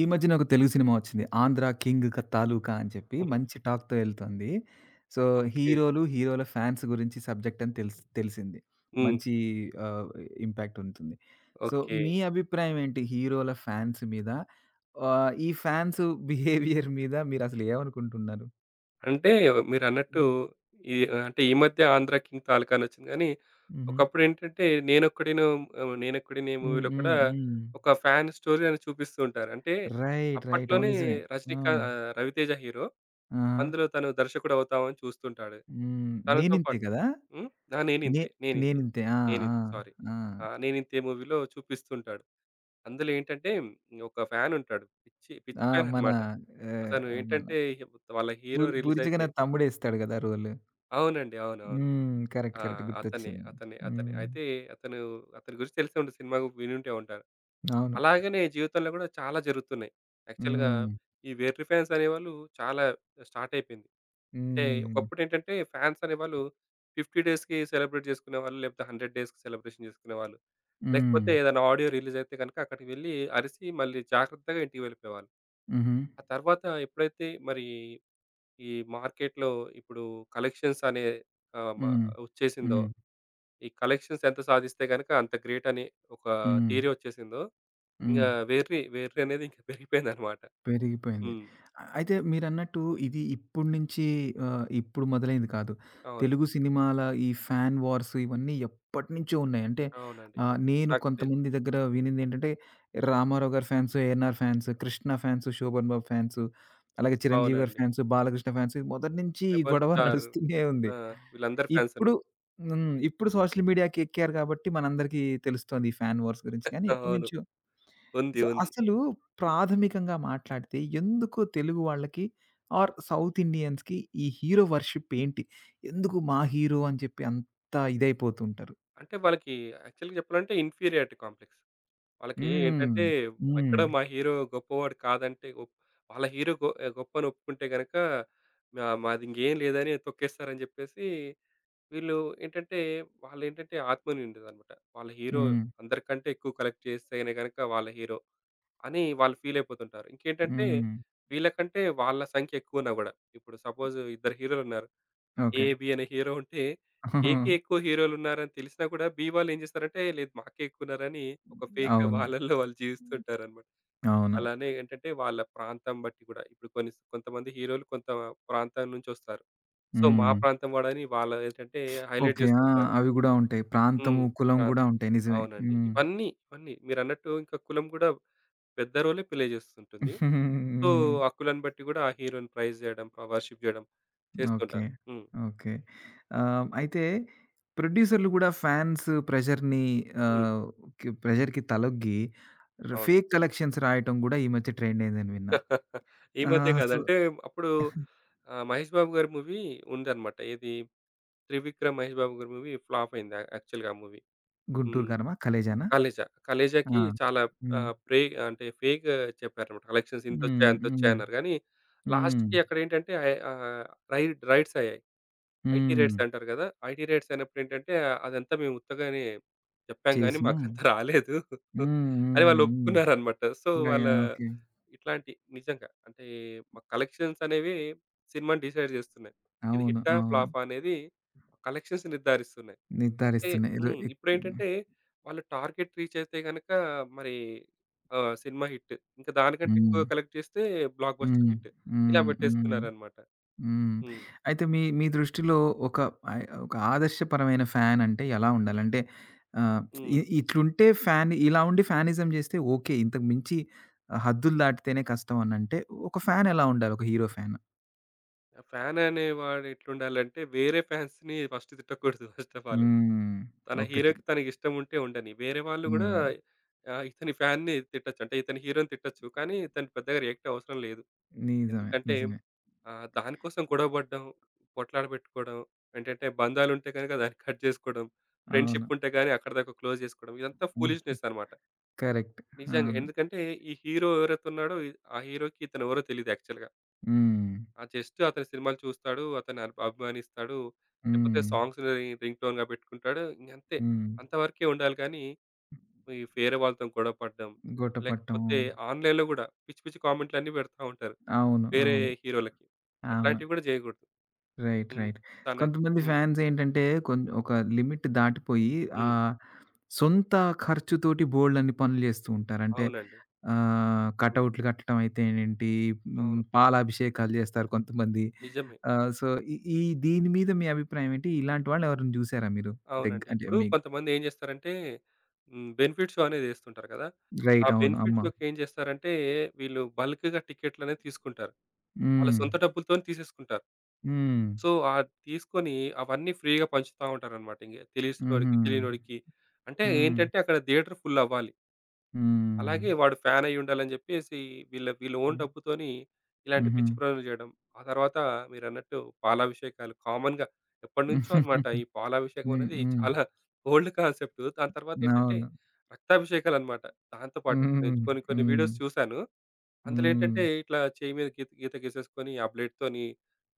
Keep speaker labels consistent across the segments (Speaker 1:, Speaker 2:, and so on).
Speaker 1: ఈ మధ్యన ఒక తెలుగు సినిమా వచ్చింది. 'ఆంధ్ర కింగ్ క తాలూకా' అని చెప్పి
Speaker 2: హ్మ్.
Speaker 1: మంచి టాక్‌తో ఎళ్తుంది. So,
Speaker 2: okay.
Speaker 1: హీరోలు, హీరోల ఫ్యాన్స్ గురించి సబ్జెక్ట్ అని తెలిసింది.
Speaker 2: హ్మ్.
Speaker 1: మంచి ఆహ్, ఇంపాక్ట్ ఉంటుంది. So,
Speaker 2: okay.
Speaker 1: మీ అభిప్రాయం ఏంటి హీరోల ఫ్యాన్స్ మీద? ఈ ఫ్యాన్స్ బిహేవియర్ మీద మీరసలు ఏమనుకుంటున్నారు?
Speaker 2: అంటే మీరన్నట్టు
Speaker 1: హ్మ్.
Speaker 2: ఈ ఈ మధ్య 'ఆంధ్ర కింగ్' తాలకానొచ్చింది గానీ,
Speaker 1: హుహు.
Speaker 2: ఒకప్పుడేంటంటే 'నేనొక్కడినే'
Speaker 1: హ్మ్.
Speaker 2: మూవీలో
Speaker 1: హ్మ్.
Speaker 2: కూడా
Speaker 1: హ్మ్.
Speaker 2: ఒక ఫ్యాన్ స్టోరీ అని చూపిస్తూ ఉంటారు. అంటే
Speaker 1: రైట్. రైట్. అవును.
Speaker 2: అప్పట్లోనే
Speaker 1: నిజమే. ఆ!
Speaker 2: 'రవితేజ' హీరో.
Speaker 1: ఆ!
Speaker 2: అందులో తను దర్శకుడవుతామని చూస్తుంటాడు.
Speaker 1: హ్మ్.
Speaker 2: తనతో
Speaker 1: నేనింతే
Speaker 2: పాటు
Speaker 1: కదా!
Speaker 2: హ్మ్. ఆ!
Speaker 1: నే నేనింతే. ఆ! ఆ!
Speaker 2: నేనింతే' సారీ.
Speaker 1: ఆ!
Speaker 2: ఆ! 'నేనింతే' మూవీలో చూపిస్తుంటాడు. అందులో ఏంటంటే ఒక ఫ్యాన్ ఉంటాడు. పిచ్చి పిచ్చి
Speaker 1: ఆ!
Speaker 2: ఫ్యాన్
Speaker 1: మన
Speaker 2: అన్నమాట. అతను
Speaker 1: ఆహ్, మన
Speaker 2: ఏంటంటే వాళ్ళ హీరో
Speaker 1: పూరి
Speaker 2: రిలీజ్
Speaker 1: పూరిచగా నా
Speaker 2: అయితే
Speaker 1: తమ్ముడేస్తాడు గదా! రోలు.
Speaker 2: అవునండి. అవునవును.
Speaker 1: హ్మ్. కరెక్ట్.
Speaker 2: ఆ!
Speaker 1: కరెక్ట్. గుర్తొచ్చింది.
Speaker 2: అతనే.
Speaker 1: హ్మ్.
Speaker 2: అయితే అతను అతని గురించి తెలిసే ఉంటుంది. సినిమా వినుంటే ఉంటారు.
Speaker 1: అవును.
Speaker 2: అలాగనే జీవితంలో కూడా చాలా జరుగుతున్నాయి. యాక్చువల్‌గా
Speaker 1: హ్మ్.
Speaker 2: ఈ వెర్రి ఫ్యాన్స్ అనేవాళ్ళు చాలా స్టార్ట్ అయిపోయింది. అంటే
Speaker 1: హ్మ్.
Speaker 2: ఒకప్పుడు ఏంటంటే ఫ్యాన్స్ అనేవాళ్ళు 50 డేస్‌కి సెలబ్రేట్ చేసుకునేవాళ్ళు. లేకపోతే 100 డేస్‌కి సెలబ్రేషన్ చేసుకునేవాళ్ళు.
Speaker 1: హ్మ్.
Speaker 2: లేకపోతే ఏదైనా ఆడియో రిలీజ్ అయితే గనుక అక్కడికి వెళ్లి అరిసి మళ్ళీ జాగ్రత్తగా ఇంటికి వెళ్ళిపోయేవాళ్ళు.
Speaker 1: హుహు.
Speaker 2: ఆ తర్వాత ఎప్పుడైతే మరి ఈ మార్కెట్‌లో ఇప్పుడు కలెక్షన్స్ అనే ఆహ్, మ
Speaker 1: హ్మ్.
Speaker 2: వచ్చేసిందో,
Speaker 1: హ్మ్.
Speaker 2: ఈ కలెక్షన్స్ ఎంత సాధిస్తే గనక అంత గ్రేట్ అని ఒక
Speaker 1: హ్మ్. హ్మ్.
Speaker 2: థియరీ వచ్చేసిందో, ఇంగ
Speaker 1: హ్మ్.
Speaker 2: వెర్రి, వెర్రి అనేది ఇంకా పెరిగిపోయిందనమాట.
Speaker 1: పెరిగిపోయింది.
Speaker 2: హ్మ్.
Speaker 1: అయితే మీరన్నట్టు ఇది ఇప్పుడు నుంచి ఇప్పుడు మొదలైంది కాదు.
Speaker 2: అవును.
Speaker 1: తెలుగు సినిమాల ఈ ఫ్యాన్ వార్స్ ఇవన్నీ ఎప్పటినుంచో ఉన్నాయి. అంటే
Speaker 2: అవునండి.
Speaker 1: నేను
Speaker 2: నాకు తెల్
Speaker 1: కొంతమంది దగ్గర వినిందేంటంటే, రామారావు గారి fans, ANR fans, Krishna fans, Sobhan Babu fans, అలాగే చిరంజీవి గారి
Speaker 2: అవునండి.
Speaker 1: ఫ్యాన్స్, బాలకృష్ణ ఫ్యాన్స్ మొదటి నుంచి ఈ
Speaker 2: 'రెబెల్
Speaker 1: గొడవ
Speaker 2: స్టార్'
Speaker 1: నడుస్తూనే ఉంది.
Speaker 2: ఆ! వీళ్ళందరూ ఫ్యాన్స్
Speaker 1: ఇప్పుడు
Speaker 2: ఉన్నారు.
Speaker 1: హ్మ్. ఇప్పుడు సోషల్ మీడియాకి ఎక్కారు కాబట్టి మనందరికీ తెలుస్తోంది ఈ ఫ్యాన్ వార్స్ గురించి. కానీ
Speaker 2: అవును.
Speaker 1: ఎప్పటినుంచో సో,
Speaker 2: ఉంది.
Speaker 1: అసలు ప్రాథమికంగా మాట్లాడితే ఎందుకు తెలుగు వాళ్ళకి ఆర్ సౌత్ ఇండియన్స్‌కి ఈ హీరో వర్షిప్ ఏంటి? ఎందుకు మా హీరో అని చెప్పి అంత ఇదైపోతుంటారు?
Speaker 2: అంటే వాళ్ళకి యాక్చువల్‌గా చెప్పాలంటే ఇన్ఫీరియారిటీ కాంప్లెక్స్. వాళ్ళకి
Speaker 1: హ్మ్.
Speaker 2: ఏంటంటే ఎక్కడ
Speaker 1: హ్మ్.
Speaker 2: మా హీరో గొప్పవాడు కాదంటే గొప్- వాళ్ళ హీరో గొప్పని ఒప్పుకుంటే గనక మాది ఇంకేం లేదని తొక్కేస్తారని చెప్పేసి వీళ్ళు ఏంటంటే వాళ్ళు ఏంటంటే ఆత్మ ఉండేది అనమాట వాళ్ళ హీరో
Speaker 1: హ్మ్.
Speaker 2: అందరికంటే ఎక్కువ కలెక్ట్ చేస్తేనే కనుక వాళ్ళ హీరో అని వాళ్ళు ఫీల్ అయిపోతుంటారు ఇంకేంటంటే
Speaker 1: హ్మ్.
Speaker 2: వీళ్ళకంటే వాళ్ళ సంఖ్య ఎక్కువ ఉన్నా కూడా ఇప్పుడు సపోజ్ ఇద్దరు హీరోలు ఉన్నారు
Speaker 1: ఓకే.
Speaker 2: ఏబి అనే హీరో ఉంటే, ఏకే ఎక్కువ హీరోలున్నారని తెలిసినా కూడా, బి వాళ్ళు ఏం చేస్తారంటే, లేదు మాకే ఎక్కువున్నారని ఒక ఫేక్‌గా
Speaker 1: అవును.
Speaker 2: వాళ్ళలో వాళ్ళు జీవిస్తుంటారనమాట.
Speaker 1: అవును.
Speaker 2: అలానే ఏంటంటే, వాళ్ళ ప్రాంతం బట్టి కూడా ఇప్పుడు కొన్ని కొంతమంది హీరోలు కొంత ప్రాంతం నుంచొస్తారు. సో, మా
Speaker 1: హ్మ్.
Speaker 2: ప్రాంతం వాడని వాళ్ళు ఏంటంటే, హైలైట్
Speaker 1: ఓకే. ఆ!
Speaker 2: చేస్తుంటారు.
Speaker 1: అవి గూడా ఉంటాయి.
Speaker 2: హ్మ్.
Speaker 1: ప్రాంతము, కులం గూడా
Speaker 2: ప్రాంతం.
Speaker 1: ఉంటాయి. నిజమే.
Speaker 2: అవునండి.
Speaker 1: హ్మ్.
Speaker 2: ఇవన్నీ, ఇవన్నీ మీరన్నట్టు ఇంకా కులం కూడా పెద్ద రోలే ప్లే చేస్తుంటుంది. సో,
Speaker 1: హ్మ్.
Speaker 2: ఆ కులాన్ని బట్టి కూడా ఆ హీరో‌ని ప్రైజ్ చేయడం, వర్షిప్ చేయడం
Speaker 1: ఓకే.
Speaker 2: చేస్తుంటారు. హ్మ్.
Speaker 1: ఓకే. అయితే ప్రొడ్యూసర్‌లు గూడా ఫ్యాన్స్ ప్రెషర్‌ని
Speaker 2: హ్మ్.
Speaker 1: ఆహ్, కి ప్రెషర్‌కి తలొగ్గి
Speaker 2: అవును.
Speaker 1: ఫేక్ కలెక్షన్స్ రాయటం గూడా ఈ మధ్య ట్రెండ్ అయిందని విన్నా.
Speaker 2: ఈ మధ్య కాదు.
Speaker 1: సో
Speaker 2: అంటే అప్పుడు 'మహేష్ బాబు' గారి మూవీ ఉందన్నమాట. ఏది 'త్రివిక్రమ్' 'మహేష్ బాబు' గారి మూవీ ఫ్లాప్ అయింది. యాక్చువల్‌గా ఆ మూవీ.
Speaker 1: గుంటూరు
Speaker 2: హ్మ్.
Speaker 1: కారమా? కలేజానా? ఆ!
Speaker 2: 'కలేజా'కి చాలా
Speaker 1: హ్మ్.
Speaker 2: ఆహ్, ప్రే అంటే ఫేక్ చెప్పారన్నమాట. కలెక్షన్స్ ఇంతొచ్చాయి,
Speaker 1: హ్మ్.
Speaker 2: అంతొచ్చాయి
Speaker 1: హ్మ్.
Speaker 2: అన్నారు. కానీ
Speaker 1: హ్మ్.
Speaker 2: లాస్ట్‌కి అక్కడేంటంటే ఆహ్, రైట్స్ అయ్యాయి. ఐటీ
Speaker 1: హ్మ్.
Speaker 2: రేట్స్ అంటారు కదా! ఐటీ రేట్స్ అయినప్పుడు ఏంటంటే, అదంతా మేము ఉత్తగానే చెప్పాం గానీ,
Speaker 1: చేసిను.
Speaker 2: మాకంత రాలేదు
Speaker 1: హ్మ్.
Speaker 2: అని
Speaker 1: హ్మ్.
Speaker 2: వాళ్ళు
Speaker 1: హ్మ్.
Speaker 2: ఒప్పుకున్నారనమాట. సో, వాళ్ళ
Speaker 1: ఓకే.
Speaker 2: ఇట్లాంటి నిజంగా అంటే, మా కలెక్షన్స్ అనేవి సినిమాని డిసైడ్ చేస్తున్నాయి. ఇది
Speaker 1: అవును.
Speaker 2: హిట్టా?
Speaker 1: అవును.
Speaker 2: ఫ్లాపా? అనేది కలెక్షన్స్ నిర్ధారిస్తున్నాయి. అంటే
Speaker 1: నిర్ధారిస్తున్నాయి. రు
Speaker 2: హ్మ్.
Speaker 1: ఎక్ హ్మ్.
Speaker 2: ఇప్పుడేంటంటే, వాళ్ళు టార్గెట్ రీచ్ అయితే గనక మరి సినిమా హిట్. ఇంకా దానికంటే ఎక్కువ
Speaker 1: హ్మ్.
Speaker 2: కలెక్ట్ చేస్తే బ్లాక్ బస్టర్
Speaker 1: హ్మ్.
Speaker 2: హిట్. ఇలా
Speaker 1: హ్మ్. హ్మ్.
Speaker 2: పెట్టేసుకున్నారనమాట.
Speaker 1: హ్మ్.
Speaker 2: హ్మ్.
Speaker 1: అయితే మీ మీ దృష్టిలో ఒక ఒక ఆదర్శపరమైన ఫ్యాన్ అంటే ఎలా ఉండాలి? అంటే ఆహ్,
Speaker 2: హ్మ్.
Speaker 1: ఇట్లుంటే ఫ్యాన్ ఇలా ఉండి ఫ్యానిజం చేస్తే ఓకే. ఇంతకు మించి హద్దులు దాటితేనే కష్టం అనంటే ఒక ఫ్యాన్ ఎలా ఉండాలి? ఒక హీరో ఫ్యాన్?
Speaker 2: ఫ్యాన్ అనేవాడు ఎట్లుండాలంటే వేరే ఫ్యాన్స్‌ని ఫస్ట్ తిట్టకూడదు ఫస్ట్ ఆఫ్ ఆల్.
Speaker 1: హ్మ్.
Speaker 2: తన
Speaker 1: ఒకటి.
Speaker 2: హీరోకి తనకి ఇష్టం ఉంటే ఉండని. వేరే వాళ్ళు గూడా
Speaker 1: హ్మ్.
Speaker 2: ఇతని ఫ్యాన్‌ని తిట్టొచ్చు. అంటే ఇతని హీరోని తిట్టొచ్చు. కానీ ఇతను పెద్దగా రియాక్ట్ అవసరం లేదు.
Speaker 1: నిజమే.
Speaker 2: ఎందుకంటే
Speaker 1: నిజమే.
Speaker 2: దానికోసం గొడవ పడడం, పొట్లాట పెట్టుకోవడం, ఏంటంటే బంధాలుంటే గనుక దాన్ని కట్ చేసుకోవడం,
Speaker 1: అవును.
Speaker 2: ఫ్రెండ్‌షిప్ ఉంటే గాని అక్కడి దాకా క్లోజ్ చేసుకోవడం. ఇదంతా
Speaker 1: ఆహా!
Speaker 2: ఫూలిష్‌నెస్ అన్నమాట.
Speaker 1: కరెక్ట్.
Speaker 2: నిజంగా.
Speaker 1: అవును.
Speaker 2: ఎందుకంటే ఈ హీరో ఎవరైతే ఉన్నాడో, ఆ హీరోకి ఇతనెవరో తెలీదు యాక్చువల్‌గా.
Speaker 1: హ్మ్.
Speaker 2: ఆ! జస్ట్ అతని సినిమాలు చూస్తాడు. అతన్ని అభిమానిస్తాడు. లేకపోతే
Speaker 1: హ్మ్.
Speaker 2: సాంగ్స్‌ని రింగ్ టోన్‌గా పెట్టుకుంటాడు. ఇంగంతే.
Speaker 1: హ్మ్.
Speaker 2: అంతవరకే ఉండాలి కానీ, ఈ వేరే వాళ్ళతో గొడవ పడడం,
Speaker 1: గుట్టపట్టం.
Speaker 2: లేకపోతే ఆన్‌లైన్‌లో గూడా పిచ్చి పిచ్చి కామెంట్‌లన్నీ పెడతా ఉంటారు.
Speaker 1: అవును.
Speaker 2: వేరే
Speaker 1: అవును.
Speaker 2: హీరోలకి.
Speaker 1: అవును.
Speaker 2: అట్లాంటివి గూడా జేయకూడదు.
Speaker 1: రైట్.
Speaker 2: హ్మ్.
Speaker 1: రైట్.
Speaker 2: తన
Speaker 1: కొంతమంది
Speaker 2: హ్మ్.
Speaker 1: ఫ్యాన్స్ ఏంటంటే ఒక లిమిట్ దాటిపోయి
Speaker 2: హ్మ్.
Speaker 1: ఆహ్, సొంత ఖర్చుతోటి బోలెడన్ని పనులు జేస్తూ ఉంటారు. అంటే
Speaker 2: అవునండి. హ్మ్.
Speaker 1: కటౌట్లు కట్టడం అయితేనేంటి, హ్మ్,
Speaker 2: అవును.
Speaker 1: పాలాభిషేకాలు జేస్తారు కొంతమంది.
Speaker 2: నిజమే.
Speaker 1: సో, ఈ ఈ దీని మీద మీ అభిప్రాయం ఏంటి? ఇలాంటి వాళ్ళు ఎవరైనా జూసారా మీరు?
Speaker 2: అవునండి.
Speaker 1: అంటే
Speaker 2: ఇప్పుడు
Speaker 1: మీ
Speaker 2: కొంతమంది ఏం జేస్తారంటే హ్మ్. బెనిఫిట్ షో అనేది జేస్తుంటారు కదా! ఆ
Speaker 1: రైట్. అవును.
Speaker 2: బెనిఫిట్
Speaker 1: అమ్మ.
Speaker 2: షోకి ఏం జేస్తారంటే వీళ్ళు బల్క్‌గా టికెట్లనేవి తీసుకుంటారు. వాళ్ళ
Speaker 1: హ్మ్.
Speaker 2: సొంత డబ్బులతోని తీసేసుకుంటారు.
Speaker 1: హ్మ్.
Speaker 2: సో, తీసుకొని అవన్నీ ఫ్రీగా పంచుతా ఉంటారనమాట. ఇంగ
Speaker 1: హుహు.
Speaker 2: తెలిసినోడికి, తెలియనోడికి. అంటే
Speaker 1: హ్మ్.
Speaker 2: ఏంటంటే అక్కడ థియేటర్ ఫుల్ అవ్వాలి.
Speaker 1: హ్మ్.
Speaker 2: అలాగే వాడు ఫ్యాన్ అయ్యుండాలని జెప్పేసి వీళ్ళ వీళ్ళ ఓన్
Speaker 1: హ్మ్.
Speaker 2: డబ్బుతోని ఇలాంటి
Speaker 1: హుహు.
Speaker 2: పిచ్చి పనులు జేయడం. ఆ తర్వాత మీరన్నట్టు పాలాభిషేకాలు కామన్‌గా ఎప్పటినుంచో అనమాట ఈ
Speaker 1: హ్మ్.
Speaker 2: పాలాభిషేకం అనేది
Speaker 1: హ్మ్.
Speaker 2: చాలా ఓల్డ్ కాన్సెప్ట్. దాని తర్వాతేంటంటే
Speaker 1: అవును.
Speaker 2: రక్తాభిషేకాలనమాట. దాంతో పాటు ఇప్పుడు నేను
Speaker 1: హ్మ్.
Speaker 2: కొన్ని కొన్ని
Speaker 1: హ్మ్.
Speaker 2: వీడియోస్ చూసాను. అందులో
Speaker 1: హ్మ్.
Speaker 2: ఏంటంటే ఇట్లా చెయ్యి మీద గీత గీత గీసేసుకొని ఆ బ్లేడ్‌తోని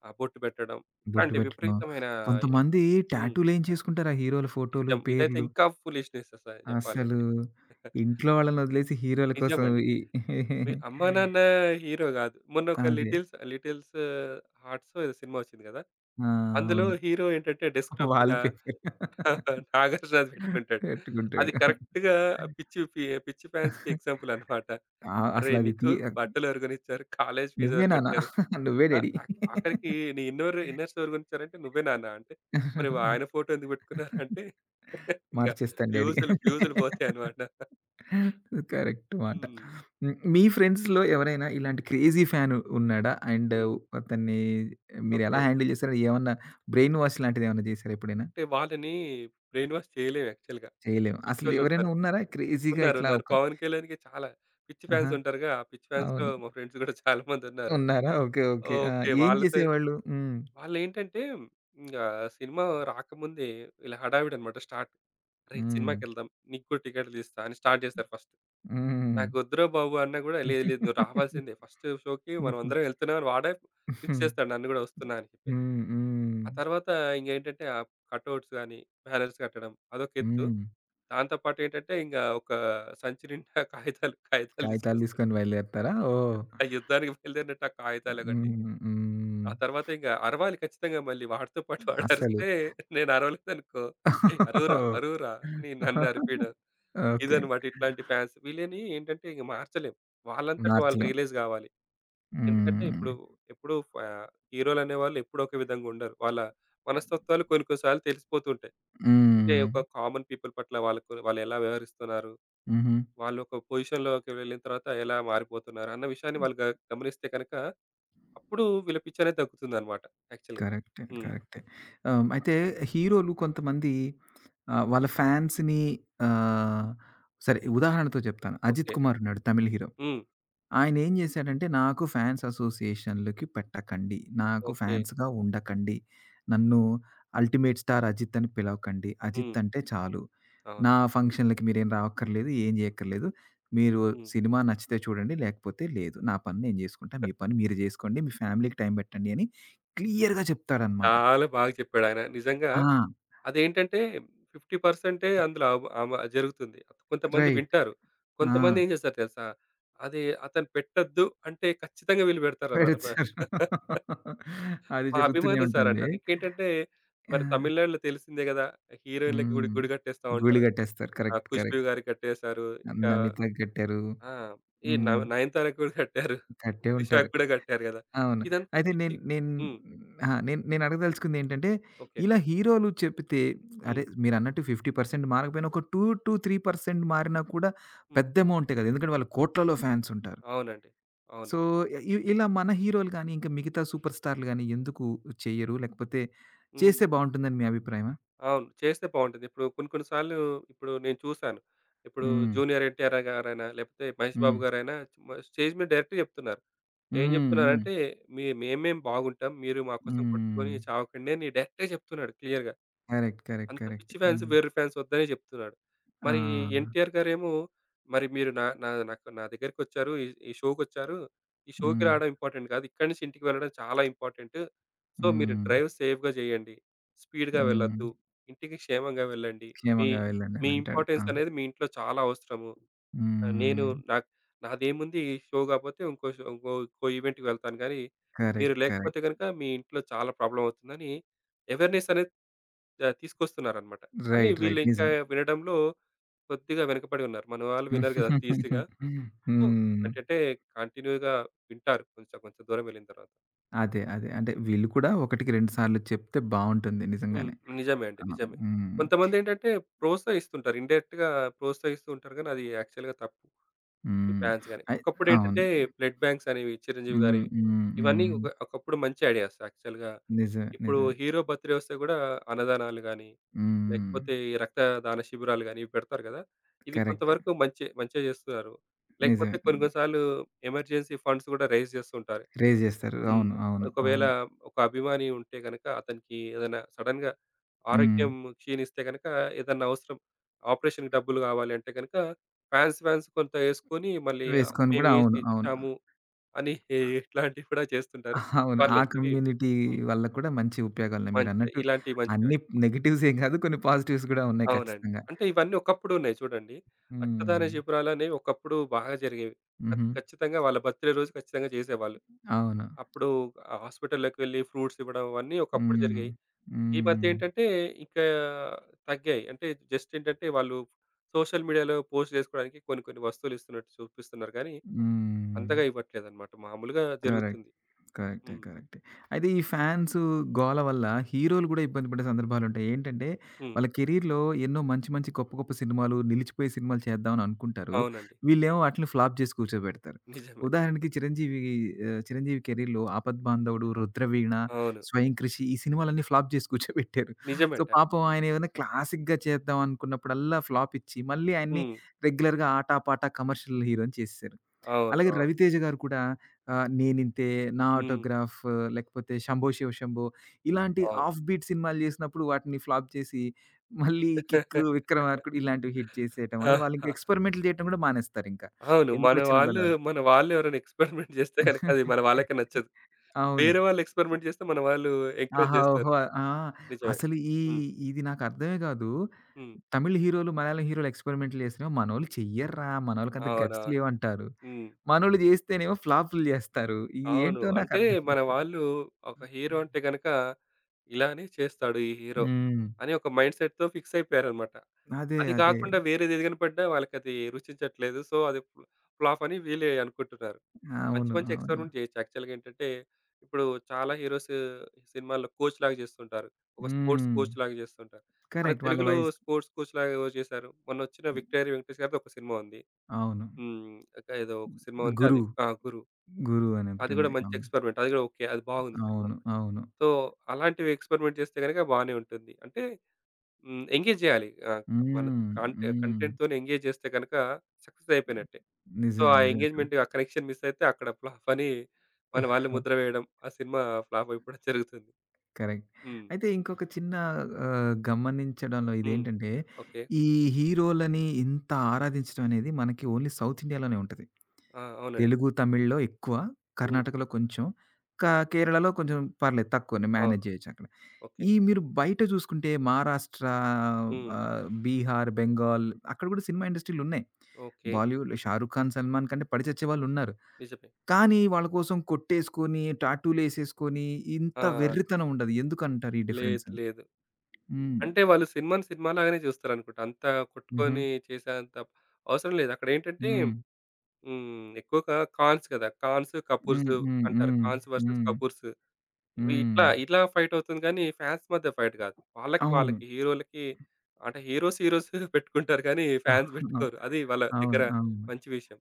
Speaker 2: ఆ బొట్టు పెట్టడం.
Speaker 1: బొట్టు
Speaker 2: ఇట్లాంటి
Speaker 1: పెట్టడం.
Speaker 2: విపరీతమైన
Speaker 1: కొంతమంది
Speaker 2: హ్మ్.
Speaker 1: టాటూలేయించేసుకుంటారు ఆ హీరోల ఫోటోలు,
Speaker 2: నిజం. ఇదైతే
Speaker 1: పేర్లు.
Speaker 2: ఇంకా ఫూలిష్‌నెస్ అసల
Speaker 1: అసలు
Speaker 2: చెప్పాలంటే.
Speaker 1: ఇంట్లో వాళ్ళని వదిలేసి హీరోల కోసం
Speaker 2: నిజమండి.
Speaker 1: ఈ
Speaker 2: మీ అమ్మా, నాన్న హీరో గాదు. మొన్న ఒక
Speaker 1: అదే.
Speaker 2: 'లిటిల్స్ లిటిల్స్ హార్ట్సో' ఏదో సినిమా వచ్చింది గదా!
Speaker 1: ఆ!
Speaker 2: అందులో
Speaker 1: అవును.
Speaker 2: హీరో ఏంటంటే డెస్క్‌టాప్ మీద
Speaker 1: వాల్ పేపర్
Speaker 2: నాగార్జునది పెట్టుకుంటాడు. అది
Speaker 1: పెట్టుకుంటాడు.
Speaker 2: కరెక్ట్‌గా పిచ్చి పిచ్చి ఫాన్స్‌కి ఎగ్జాంపుల్ అన్నమాట.
Speaker 1: ఆ!
Speaker 2: "అరేయ్!
Speaker 1: అసలది తీ
Speaker 2: నీకు బట్టలు ఎవరు గొనిచ్చారు? కాలేజ్ ఫీజు
Speaker 1: "నువ్వే
Speaker 2: ఎవరు
Speaker 1: నాన్న,
Speaker 2: గట్టారు?"
Speaker 1: నువ్వే
Speaker 2: ఆ!
Speaker 1: డ్యాడీ.
Speaker 2: ఆఖరికి నీ ఇన్నర్ ఇన్నర్ స్టోరీ గురించారంటే నువ్వే నాన్న అంటే, మరి ఆయన ఫోటో ఎందుకు పెట్టుకున్నారంటే ఇంగ
Speaker 1: మార్చేస్తాను డ్యాడీ."
Speaker 2: ఫ్యూజులు పోతాయన్నమాట.
Speaker 1: కరెక్ట్ మాట.
Speaker 2: హ్మ్.
Speaker 1: హ్మ్. మీ ఫ్రెండ్స్‌లో ఎవరైనా ఇలాంటి క్రేజీ ఫ్యాన్ ఉన్నాడా? అండ్
Speaker 2: హ్మ్.
Speaker 1: అతన్ని మీరెలా
Speaker 2: ఓకే.
Speaker 1: హ్యాండిల్ చేసారు? ఏమన్నా బ్రెయిన్ వాష్ లాంటిదేమన్నా చేసారా ఎప్పుడైనా?
Speaker 2: అంటే వాళ్ళని బ్రెయిన్ వాష్ చేయలేం యాక్చువల్‌గా.
Speaker 1: చేయలేము. అసలు ఎవరైనా
Speaker 2: పిచ్చోళ్ళుంటారు.
Speaker 1: ఉన్నారా క్రేజీగా ఇట్లా
Speaker 2: ఉన్నారు.
Speaker 1: ఒక
Speaker 2: పవన్ కళ్యాణ్‌కి చాలా పిచ్చి
Speaker 1: ఆహా!
Speaker 2: ఫ్యాన్స్ ఉంటారుగా. ఆ పిచ్చి ఫ్యాన్స్‌లో
Speaker 1: అవును.
Speaker 2: మా ఫ్రెండ్స్ గూడా చాలా మందున్నారు.
Speaker 1: ఉన్నారా? ఓకే. ఓకే. ఆ!
Speaker 2: ఓకే.
Speaker 1: ఏం
Speaker 2: వాళ్ళతో
Speaker 1: చేసేవాళ్ళు? హ్మ్.
Speaker 2: వాళ్ళేంటంటే ఇంగ సినిమా రాకముందే ఇలా హడావిడన్నమాట స్టార్ట్. "అరేయ్!
Speaker 1: హ్మ్.
Speaker 2: సినిమాకెళ్దాం. నీకు కూడా టికెట్లు తీస్తా" అని స్టార్ట్ చేస్తారు ఫస్ట్.
Speaker 1: హ్మ్.
Speaker 2: నాకొద్దురా బాబు! అన్నా గూడా, "లేదు నువ్వు రావాల్సిందే. ఫస్ట్ షోకి మనం
Speaker 1: హుహు.
Speaker 2: అందరం వెళ్తున్నామని" వాడే ఫిక్స్ చేస్తాడు నన్ను గూడా వస్తున్నా అని చెప్పేసి.
Speaker 1: హ్మ్. హ్మ్.
Speaker 2: ఆ తర్వాత ఇంకేంటంటే ఆ కటౌట్స్ గాని, బ్యానర్స్ కట్టడం అదొక ఎత్తు.
Speaker 1: హ్మ్.
Speaker 2: దాంతో పాటు ఏంటంటే ఇంక ఒక సంచి నిండా కాగితాలు
Speaker 1: కాగితాలు
Speaker 2: తీసుకొస్తాడు.
Speaker 1: తీసుకొని బయలుదేరతారా? ఓహ్!
Speaker 2: ఆ యుద్ధానికి బయలుదేరినట్టు ఆ కాగితాలొకటి.
Speaker 1: హ్మ్. హ్మ్.
Speaker 2: ఆ తర్వాత ఇంక అరవాలి ఖచ్చితంగా మళ్ళీ వాడితో పాటు
Speaker 1: అసలు
Speaker 2: వాడరిస్తే నేను అరవలేదనుకో, "ఏయ్! అరువురా,
Speaker 1: ఓహ్!
Speaker 2: అరువురా" అని నన్ను అరిపియడం.
Speaker 1: ఓకే.
Speaker 2: ఇదన్నమాట ఇట్లాంటి ఫ్యాన్స్. వీళ్ళని ఏంటంటే ఇంక మార్చలేం. వాళ్ళంతట వాళ్ళు
Speaker 1: మార్చలేం.
Speaker 2: రియలైజ్ గావాలి. ఎందుకంటే
Speaker 1: హ్మ్.
Speaker 2: ఇప్పుడు ఎప్పుడు ఫ హీరోలు అనేవాళ్ళు ఎప్పుడూ ఒకే విధంగా ఉండరు. వాళ్ళ మనస్తత్వాలు కొన్ని కొన్ని సార్లు తెలిసిపోతుంటాయి. అంటే
Speaker 1: హ్మ్.
Speaker 2: ఒక కామన్ పీపుల్ పట్ల వాళ్ళకు వాళ్ళు ఎలా వ్యవహరిస్తున్నారు?
Speaker 1: హుహు.
Speaker 2: వాళ్ళు ఒక పొజిషన్‌లోకి వెళ్ళిన తర్వాత ఎలా మారిపోతున్నారు? అన్న విషయాన్ని వాళ్ళు గమనిస్తే గనక అప్పుడు వీళ్ళ పిచ్ అనేది తగ్గుతుందన్నమాట యాక్చువల్‌గా.
Speaker 1: కరెక్టే.
Speaker 2: హ్మ్.
Speaker 1: కరెక్టే. అయితే హీరోలు కొంతమంది వాళ్ళ ఫ్యాన్స్‌ని ఆహ్, సరే ఉదాహరణతో చెప్తాను. 'అజిత్
Speaker 2: ఓకే.
Speaker 1: కుమార్' ఉన్నాడు తమిళ్ హీరో.
Speaker 2: హ్మ్.
Speaker 1: ఆయనేం జేశాడంటే, నాకు ఫ్యాన్స్ అసోసియేషన్‌లకి పెట్టకండి. నాకు
Speaker 2: ఓకే.
Speaker 1: ఫ్యాన్స్‌గా ఉండకండి. నన్ను అల్టిమేట్ స్టార్ అజిత్ అని పిలవకండి. అజిత్
Speaker 2: హ్మ్.
Speaker 1: అంటే చాలు.
Speaker 2: అవును.
Speaker 1: నా ఫంక్షన్‌లకి మీరేం రావక్కర్లేదు. ఏం జేయక్కర్లేదు. మీరు
Speaker 2: హ్మ్.
Speaker 1: సినిమా నచ్చితే చూడండి. లేకపోతే లేదు. నా పని నేను జేసుకుంటా. మీ పని మీరు జేసుకోండి. మీ ఫ్యామిలీకి టైం పెట్టండి అని క్లియర్‌గా చెప్తాడనమాట.
Speaker 2: చాలా బాగా చెప్పాడాయన. నిజంగా
Speaker 1: ఆ!
Speaker 2: అదేంటంటే 50% అందులో అవ జరుగుతుంది. కొంతమంది
Speaker 1: రైట్.
Speaker 2: వింటారు.
Speaker 1: ఆ!
Speaker 2: కొంతమంది ఏం చేస్తారు తెలుసా? అది అతను పెట్టొద్దు అంటే ఖచ్చితంగా వీళ్ళు పెడతారన్నమాట.
Speaker 1: పెడతారు. అది
Speaker 2: మా
Speaker 1: జరుగుతూనే
Speaker 2: అభిమానులు సార్
Speaker 1: ఉంటుంది.
Speaker 2: అంటారు. ఇంకేంటంటే
Speaker 1: ఆ!
Speaker 2: మరి తమిళనాడులో తెలిసిందే గదా! హీరోయిన్‌లకి గుడి
Speaker 1: హ్మ్.
Speaker 2: గుడి కట్టేస్తా
Speaker 1: గూళి
Speaker 2: ఉంటారు.
Speaker 1: గట్టేస్తారు.
Speaker 2: ఆ
Speaker 1: కరెక్ట్.
Speaker 2: 'ఖుష్బూ'
Speaker 1: కరెక్ట్.
Speaker 2: గారికి కట్టేసారు. ఇంకా
Speaker 1: నమిత కట్టారు.
Speaker 2: ఆ! ఈ న
Speaker 1: హ్మ్.
Speaker 2: 'నయనతారకి' కూడా కట్టారు.
Speaker 1: కట్టే ఉంటారు.
Speaker 2: 'త్రిషకి' కూడా కట్టారు గదా!
Speaker 1: అవును.
Speaker 2: ఇదంతా
Speaker 1: అయితే
Speaker 2: పిచ్చి
Speaker 1: నేను నేను
Speaker 2: హ్మ్.
Speaker 1: ఆ! నేను నేను అడగదలుచుకుందేంటంటే,
Speaker 2: ఓకే.
Speaker 1: ఇలా హీరోలు చెప్తే అదే
Speaker 2: హ్మ్.
Speaker 1: మీరన్నట్టు 50% మారకపోయినా ఒక 2-3% మారినా కూడా
Speaker 2: హ్మ్.
Speaker 1: పెద్ద అమౌంటే కదా! ఎందుకంటే వాళ్ళు కోట్లలో ఫ్యాన్స్ ఉంటారు.
Speaker 2: అవునండి. అవును.
Speaker 1: సో, ఇలా మన హీరోలు గాని, ఇంకా మిగతా సూపర్ స్టార్‌లు గాని ఎందుకు చెయ్యరు? లేకపోతే చేస్తే
Speaker 2: హ్మ్.
Speaker 1: బావుంటుందని మీ అభిప్రాయమా?
Speaker 2: అవును. చేస్తే బావుంటది. ఇప్పుడు కొన్ని కొన్ని సార్లు ఇప్పుడు నేను చూసాను. ఇప్పుడు
Speaker 1: హ్మ్.
Speaker 2: జూనియర్ ఎన్‌టిఆర్ గారైనా, లేకపోతే మహేష్ బాబు
Speaker 1: హ్మ్.
Speaker 2: గారైనా స్టేజ్ మీద డైరెక్ట్‌గా చెప్తున్నారు. ఏం
Speaker 1: హ్మ్. హ్మ్.
Speaker 2: చెప్తున్నారంటే, " మేమేం బాగుంటాం. మీరు మా కోసం కొట్టుకొని
Speaker 1: హ్మ్.
Speaker 2: చావకండి" అని డైరెక్ట్‌గా చెప్తున్నాడు క్లియర్‌గా.
Speaker 1: కరెక్ట్. కరెక్ట్.
Speaker 2: అంత
Speaker 1: కరెక్ట్.
Speaker 2: పిచ్చి ఫ్యాన్స్
Speaker 1: హ్మ్.
Speaker 2: వేరే ఫ్యాన్స్ వద్దనే చెప్తున్నాడు.
Speaker 1: ఆ!
Speaker 2: మరి ఎన్టీఆర్ గారేమో మరి మీరు నా నా నాకు దగ్గరికొచ్చారు. ఈ ఈ షోకొచ్చారు. ఈ షోకి
Speaker 1: హ్మ్.
Speaker 2: రావడం ఇంపార్టెంట్ కాదు. ఇక్కడి నుంచి ఇంటికి వెళ్ళడం చాలా ఇంపార్టెంట్. సో, మీరు
Speaker 1: హ్మ్.
Speaker 2: డ్రైవ్ సేఫ్‌గా చేయండి. స్పీడ్‌గా
Speaker 1: హ్మ్.
Speaker 2: వెళ్ళొద్దు. ఇంటికి క్షేమంగా వెళ్ళండి. మీ
Speaker 1: క్షేమంగా వెళ్ళండి
Speaker 2: మీ
Speaker 1: అనంటాడు.
Speaker 2: ఇంపార్టెన్స్
Speaker 1: అవును.
Speaker 2: అనేది మీ ఇంట్లో చాలా అవసరము. ఆహ్, నేను
Speaker 1: హ్మ్.
Speaker 2: నాకు నాదేముంది ఈ షో కాపోతే ఇంకో షో ఇంకో ఇంకో ఈవెంట్‌కి వెళ్తాను గానీ, మీరు
Speaker 1: కరెక్ట్. కరెక్ట్.
Speaker 2: లేకపోతే గనుక మీ ఇంట్లో చాలా ప్రాబ్లమ్ అవుతుందని అవేర్‌నెస్ అనేది తీసుకొస్తున్నారన్నమాట. కానీ
Speaker 1: రైట్. రైట్.
Speaker 2: వీళ్ళింకా
Speaker 1: నిజం.
Speaker 2: వినడంలో కొద్దిగా వెనకపడి ఉన్నారు. మన వాళ్ళు వినరు గదా! అంత ఈజీగా. సో,
Speaker 1: హ్మ్.
Speaker 2: ఏంటంటే కంటిన్యూ‌గా వింటారు కొంచెం, కొంచెం దూరం వెళ్ళిన తర్వాత.
Speaker 1: అదే. అదే. అంటే వీళ్ళు కూడా ఒకటికి రెండు సార్లు చెప్తే బావుంటుంది
Speaker 2: హ్మ్.
Speaker 1: నిజంగానే.
Speaker 2: నిజమే అండి.
Speaker 1: ఆ!
Speaker 2: నిజమే.
Speaker 1: హ్మ్.
Speaker 2: కొంతమందేంటంటే ప్రోత్సహిస్తుంటారు. ఇండైరెక్ట్‌గా ప్రోత్సహిస్తూ ఉంటారు గానీ, అది యాక్చువల్‌గా తప్పు. ఈ
Speaker 1: హ్మ్.
Speaker 2: ఫ్యాన్స్ గాని.
Speaker 1: అయి అవును.
Speaker 2: ఒకప్పుడేంటంటే బ్లడ్ బ్యాంక్స్ అనేవి 'చిరంజీవి'
Speaker 1: హ్మ్.
Speaker 2: గారివి.
Speaker 1: హ్మ్.
Speaker 2: ఇవన్నీ
Speaker 1: హ్మ్.
Speaker 2: ఒకప్పుడు మంచి ఐడియాస్ యాక్చువల్‌గా.
Speaker 1: నిజమే.
Speaker 2: ఇప్పుడు
Speaker 1: నిజమే.
Speaker 2: హీరో బర్త్‌డే వస్తే గూడా అన్నదానాలు గాని
Speaker 1: హ్మ్.
Speaker 2: లేకపోతే ఈ రక్తదాన శిబిరాలు గాని ఇవి పెడతారు కదా! ఇవి
Speaker 1: కరెక్ట్.
Speaker 2: కొంతవరకు మంచి మంచిగా చేస్తున్నారు. లేకపోతే
Speaker 1: నిజమే.
Speaker 2: కొన్ని కొన్ని సార్లు ఎమర్జెన్సీ ఫండ్స్ కూడా రైజ్ చేస్తుంటారు.
Speaker 1: రేజ్ చేస్తారు.
Speaker 2: హ్మ్.
Speaker 1: అవును. అవును.
Speaker 2: ఒకవేళ
Speaker 1: అవును.
Speaker 2: ఒక అభిమాని ఉంటే గనక అతనికి ఏదైనా సడెన్‌గా
Speaker 1: హ్మ్.
Speaker 2: ఆరోగ్యం క్షీణిస్తే గనక ఏదన్నా అవసరం ఆపరేషన్‌కి డబ్బులు కావాలి అంటే గనక ఫ్యాన్స్ ఫ్యాన్స్ కొంత యేసుకొని మళ్ళీ
Speaker 1: వేసుకొని కూడా
Speaker 2: మేమేసి
Speaker 1: అవును. అవును.
Speaker 2: ఇచ్చాము అని ఇట్లాంటివి కూడా చేస్తుంటారు.
Speaker 1: అవును. ఆ
Speaker 2: పర్లేదు ఇవి
Speaker 1: కమ్యూనిటీ
Speaker 2: హ్మ్.
Speaker 1: వల్ల కూడా మంచి ఉపయోగాలున్నాయి.
Speaker 2: మంచిదే.
Speaker 1: మీరన్నట్టు
Speaker 2: ఇలాంటివి మంచిగా
Speaker 1: అన్ని నెగెటివ్స్ ఏం కాదు. కొన్ని పాజిటివ్స్ కూడా ఉన్నాయి
Speaker 2: అవునండి.
Speaker 1: ఖచ్చితంగా.
Speaker 2: అంటే ఇవన్నీ ఒకప్పుడు ఉన్నాయి చూడండి. రక్తదాన
Speaker 1: హ్మ్.
Speaker 2: శిబిరాలనేవి ఒకప్పుడు బాగా జరిగేవి.
Speaker 1: హుహు.
Speaker 2: ఖచ్చితంగా వాళ్ళ బర్త్‌డే రోజు ఖచ్చితంగా చేసేవాళ్ళు.
Speaker 1: అవును.
Speaker 2: అప్పుడు ఆ హాస్పిటల్‌లోకి వెళ్లి ఫ్రూట్స్ ఇవ్వడం అవన్నీ ఒకప్పుడు
Speaker 1: హ్మ్.
Speaker 2: జరిగాయి. ఈ
Speaker 1: హ్మ్.
Speaker 2: మధ్య ఏంటంటే ఇంకా తగ్గాయి. అంటే జస్ట్ ఏంటంటే వాళ్ళు సోషల్ మీడియాలో పోస్ట్ చేసుకోవడానికి కొన్ని కొన్ని వస్తువులు ఇస్తున్నట్టు చూపిస్తున్నారు గానీ,
Speaker 1: హ్మ్.
Speaker 2: అంతగా ఇవ్వట్లేదన్నమాట. మామూలుగా
Speaker 1: కరెక్ట్.
Speaker 2: జరుగుతుంది.
Speaker 1: కరెక్టే.
Speaker 2: హ్మ్.
Speaker 1: కరెక్టే. అయితే ఈ ఫ్యాన్స్ గోల వల్ల హీరోలు గూడా ఇబ్బంది పడే సందర్భాలుంటాయి. ఏంటంటే,
Speaker 2: హ్మ్.
Speaker 1: వాళ్ళ కెరీర్‌లో ఎన్నో మంచి, మంచి గొప్ప, గొప్ప సినిమాలు, నిలిచిపోయే సినిమాలు చేద్దామని అనుకుంటారు.
Speaker 2: అవునండి.
Speaker 1: వీళ్ళేమో ఆటిలిని ఫ్లాప్ చేసి కూర్చోబెడతారు.
Speaker 2: నిజమే.
Speaker 1: ఉదాహరణకి చిరంజీవి చిరంజీవి కెరీర్‌లో 'ఆపద్బాంధవుడు', 'రుద్రవీణ',
Speaker 2: అవును.
Speaker 1: 'స్వయం కృషి' ఈ సినిమాలన్నీ ఫ్లాప్ చేసి కూర్చోబెట్టారు. సో,
Speaker 2: నిజమేట.
Speaker 1: పాపం ఆయన ఏదైనా క్లాసిక్‌గా చేద్దాం అనుకున్నప్పుడల్లా ఫ్లాప్ ఇచ్చి, మళ్ళీ ఆయన్ని
Speaker 2: హ్మ్.
Speaker 1: రెగ్యులర్‌గా ఆటా పాటా కమర్షియల్ హీరోని చేసేసారు.
Speaker 2: అవును.
Speaker 1: అలాగే
Speaker 2: అవును.
Speaker 1: 'రవితేజ' గారు కూడా ఆ! 'నేనింతే', 'నా
Speaker 2: హ్మ్.
Speaker 1: ఆటోగ్రాఫ్' లేకపోతే 'శంభో శివ శంభో' ఇలాంటి
Speaker 2: అవును.
Speaker 1: ఆఫ్ బీట్ సినిమాలు చేసినప్పుడు వాటిని ఫ్లాప్ చేసి మళ్ళీ 'కిక్', 'విక్రమార్కుడు' ఇలాంటివి హిట్ చేసేయటం వల్ల వాళ్ళింకా
Speaker 2: ఆహా!
Speaker 1: ఎక్స్‌పెరిమెంట్లు చేయటం కూడా మానేస్తారింకా.
Speaker 2: అవును.
Speaker 1: ఎందుకొచ్చిన గొడవని.
Speaker 2: మన వాళ్ళు ఎవరైనా ఎక్స్‌పెరిమెంట్ చేస్తే గనక అది మన వాళ్ళకే నచ్చదు.
Speaker 1: అవును.
Speaker 2: వేరే వాళ్ళు ఎక్స్‌పెరిమెంట్ చేస్తే మన వాళ్ళు ఎంకరేజ్
Speaker 1: 'ఆహా! ఓహో!'
Speaker 2: చేస్తారు.
Speaker 1: ఆ!
Speaker 2: నిజమే.
Speaker 1: అసలు ఈ
Speaker 2: హ్మ్.
Speaker 1: ఇది నాకర్థమే కాదు.
Speaker 2: హ్మ్.
Speaker 1: తమిళ్ హీరోలు, మలయాళం హీరోలు ఎక్స్‌పెరిమెంట్లు చేసినేమో మనోళ్ళు చెయ్యర్రా! మనోళ్ళకంత గట్స్
Speaker 2: అవునవును.
Speaker 1: లేవంటారు.
Speaker 2: హ్మ్.
Speaker 1: మనోళ్ళు చేస్తేనేమో ఫ్లాపులు చేస్తారు. ఇది
Speaker 2: అవును.
Speaker 1: ఏంటో
Speaker 2: అంటే
Speaker 1: నాకర్థం
Speaker 2: మన
Speaker 1: కాదు.
Speaker 2: వాళ్ళు ఒక హీరో
Speaker 1: హ్మ్.
Speaker 2: అంటే గనక ఇలానే చేస్తాడు ఈ హీరో
Speaker 1: హ్మ్.
Speaker 2: అని ఒక మైండ్ సెట్‌తో ఫిక్స్ అయిపోయారన్నమాట.
Speaker 1: అదే.
Speaker 2: అది
Speaker 1: అదే.
Speaker 2: కాకుండా వేరేది ఏది కనపడ్డా వాళ్ళకది రుచించట్లేదు. సో, అది ఫ్లాప్ అని వీళ్ళే అనుకుంటున్నారు. మంచి
Speaker 1: అవును.
Speaker 2: మంచి
Speaker 1: అవును.
Speaker 2: ఎక్స్‌పెరిమెంట్ చేయొచ్చు. యాక్చువల్‌గా ఏంటంటే, ఇప్పుడు చాలా హీరోస్ సినిమాల్లో కోచ్ లాగా చేస్తుంటారు. ఒక స్పోర్ట్స్
Speaker 1: హ్మ్.
Speaker 2: కోచ్ లాగా చేస్తుంటారు. మన
Speaker 1: కరెక్ట్. వాళ్ళ
Speaker 2: తెలుగులో
Speaker 1: వయసు
Speaker 2: స్పోర్ట్స్ కోచ్ లాగా ఎవరు చేశారు? మొన్నొచ్చిన 'విక్టోరి వెంకటేష్' గారిది ఒక సినిమా ఉంది.
Speaker 1: అవును.
Speaker 2: హ్మ్. ఒక ఏదో ఒక సినిమా ఉంది.
Speaker 1: గురు.
Speaker 2: అది ఆ! 'గురు.'
Speaker 1: గురు అని
Speaker 2: అది కూడా
Speaker 1: ఒకటుంది.
Speaker 2: మంచి
Speaker 1: అవును.
Speaker 2: ఎక్స్‌పెరిమెంట్. అది కూడా ఓకే. అది బాగుంది సినిమా.
Speaker 1: అవును. అవును.
Speaker 2: సో, అలాంటివి ఎక్స్‌పెరిమెంట్ చేస్తే గనుక బానే ఉంటుంది. అంటే హ్మ్. ఎంగేజ్ చేయాలి. మన
Speaker 1: హ్మ్. హ్మ్.
Speaker 2: కంటెంట్‌తోని ఎంగేజ్ చేస్తే గనుక సక్సెస్ అయిపోయినట్టే. సో,
Speaker 1: నిజమే.
Speaker 2: ఆ
Speaker 1: నిజమే.
Speaker 2: ఎంగేజ్‌మెంట్ ఆ కనెక్షన్ మిస్ అయితే అక్కడ ఫ్లాప్ అని మన వాళ్ళు ముద్ర వేయడం. ఆ సినిమా ఫ్లాప్ అయిపోవడం జరుగుతుంది.
Speaker 1: కరెక్ట్.
Speaker 2: హ్మ్.
Speaker 1: అయితే ఇంకొక చిన్న గమనించడంలో
Speaker 2: హ్మ్.
Speaker 1: ఇదేంటంటే,
Speaker 2: ఓకే.
Speaker 1: ఈ హీరోలని ఇంత ఆరాధించడం అనేది మనకి ఓన్లీ సౌత్ ఇండియాలోనే ఉంటది.
Speaker 2: ఆ! అవునండి.
Speaker 1: తెలుగు, తమిళ్‌లో ఎక్కువ.
Speaker 2: హ్మ్.
Speaker 1: కర్ణాటకలో కొంచెం. క కేరళలో కొంచెం పర్లేదు తక్కువనే
Speaker 2: అవును.
Speaker 1: మేనేజ్ జేయొచ్చక్కడ.
Speaker 2: ఓకే.
Speaker 1: ఈ మీరు బయట జూసుకుంటే మహారాష్ట్ర,
Speaker 2: హ్మ్.
Speaker 1: బీహార్, బెంగాల్ అక్కడ గూడా సినిమా ఇండస్ట్రీలున్నాయి.
Speaker 2: ఓకే.
Speaker 1: బాలీవుడ్‌లో 'షారుఖ్ ఖాన్, సల్మాన్ ఖాన్' అంటే పడి చచ్చేవాళ్ళున్నారు.
Speaker 2: నిజమే.
Speaker 1: కానీ వాళ్ళ కోసం కొట్టేసుకొని, టాటూలేసేసుకొని ఇంత
Speaker 2: ఆ!
Speaker 1: వెర్రితనం ఉండదు. ఎందుకంటారు ఈ డిఫరెన్స్?
Speaker 2: లేదు.
Speaker 1: హ్మ్.
Speaker 2: అంటే వాళ్ళు సినిమాని సినిమా లాగానే చూస్తారనుకుంటా. అంత
Speaker 1: హుహు.
Speaker 2: కొట్టుకొని చేసేంత అవసరం లేదు. అక్కడేంటంటే
Speaker 1: హ్మ్.
Speaker 2: హ్మ్. ఎక్కువగా ఖాన్స్ కదా! ఖాన్స్, కపూర్స్
Speaker 1: హ్మ్. హ్మ్.
Speaker 2: అంటారు.
Speaker 1: హ్మ్.
Speaker 2: ఖాన్స్ వర్సస్
Speaker 1: హ్మ్.
Speaker 2: కపూర్స్. ఇవి
Speaker 1: హ్మ్.
Speaker 2: ఇట్లా ఇట్లా ఫైట్ అవుతుంది కానీ ఫ్యాన్స్ మధ్య ఫైట్ కాదు. వాళ్ళకి
Speaker 1: అవును.
Speaker 2: వాళ్ళకి హీరోలకి అంటే హీరోస్ పెట్టుకుంటారు కానీ ఫ్యాన్స్
Speaker 1: అవును.
Speaker 2: పెట్టుకోరు. అది వాళ్ళ దగ్గర
Speaker 1: అవును. అవును.
Speaker 2: మంచి విషయం.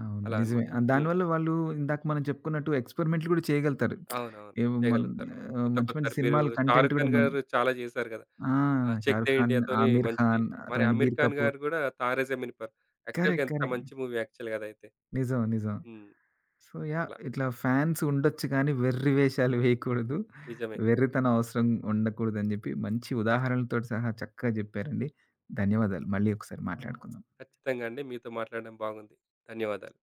Speaker 1: అవును.
Speaker 2: అలా
Speaker 1: నిజమే.
Speaker 2: అన్నమాట. హ్మ్.
Speaker 1: దానివల్ల వాళ్ళు ఇందాక మనం చెప్పుకున్నట్టు ఎక్స్‌పెరిమెంట్లు గూడా చేయగలుగుతారు.
Speaker 2: అవునవును.
Speaker 1: ఏవో మన్
Speaker 2: చేయగలుగుతారు. కొత్త
Speaker 1: మంచి
Speaker 2: కొత్త
Speaker 1: మంచి
Speaker 2: మీరు
Speaker 1: సినిమాల కంటెంట్
Speaker 2: 'షారుఖ్
Speaker 1: గూడా
Speaker 2: ఖాన్'
Speaker 1: మన్
Speaker 2: గారు చాలా చేశారు కదా!
Speaker 1: ఆ!
Speaker 2: ఆ 'చెక్
Speaker 1: 'షారుఖ్
Speaker 2: ద
Speaker 1: ఖాన్',
Speaker 2: ఇండియా'తోని
Speaker 1: 'ఆమీర్
Speaker 2: మంచి
Speaker 1: ఖాన్',
Speaker 2: మరి 'అమీర్
Speaker 1: 'రణబీర్
Speaker 2: ఖాన్'
Speaker 1: కపూర్'
Speaker 2: గారు కూడా 'తారే జమీన్ పర్' యాక్చువల్‌గా
Speaker 1: కరెక్ట్.
Speaker 2: ఎంత
Speaker 1: కరెక్ట్.
Speaker 2: మంచి మూవీ యాక్చువల్‌గా అదైతే.
Speaker 1: నిజం. నిజం.
Speaker 2: హ్మ్.
Speaker 1: So, yeah!
Speaker 2: అలా
Speaker 1: ఇట్లా ఫాన్స్ ఉండొచ్చు కానీ, వెర్రి వేషాలు వేయకూడదు.
Speaker 2: నిజమే.
Speaker 1: వెర్రితనం అవసరం ఉండకూడదని జెప్పి మంచి ఉదాహరణలతోటి సహా చక్కగా జెప్పారండి. ధన్యవాదాలు. మళ్ళీ ఒకసారి మాట్లాడుకుందాం.
Speaker 2: ఖచ్చితంగా అండి. మీతో మాట్లాడడం బాగుంది. ధన్యవాదాలు.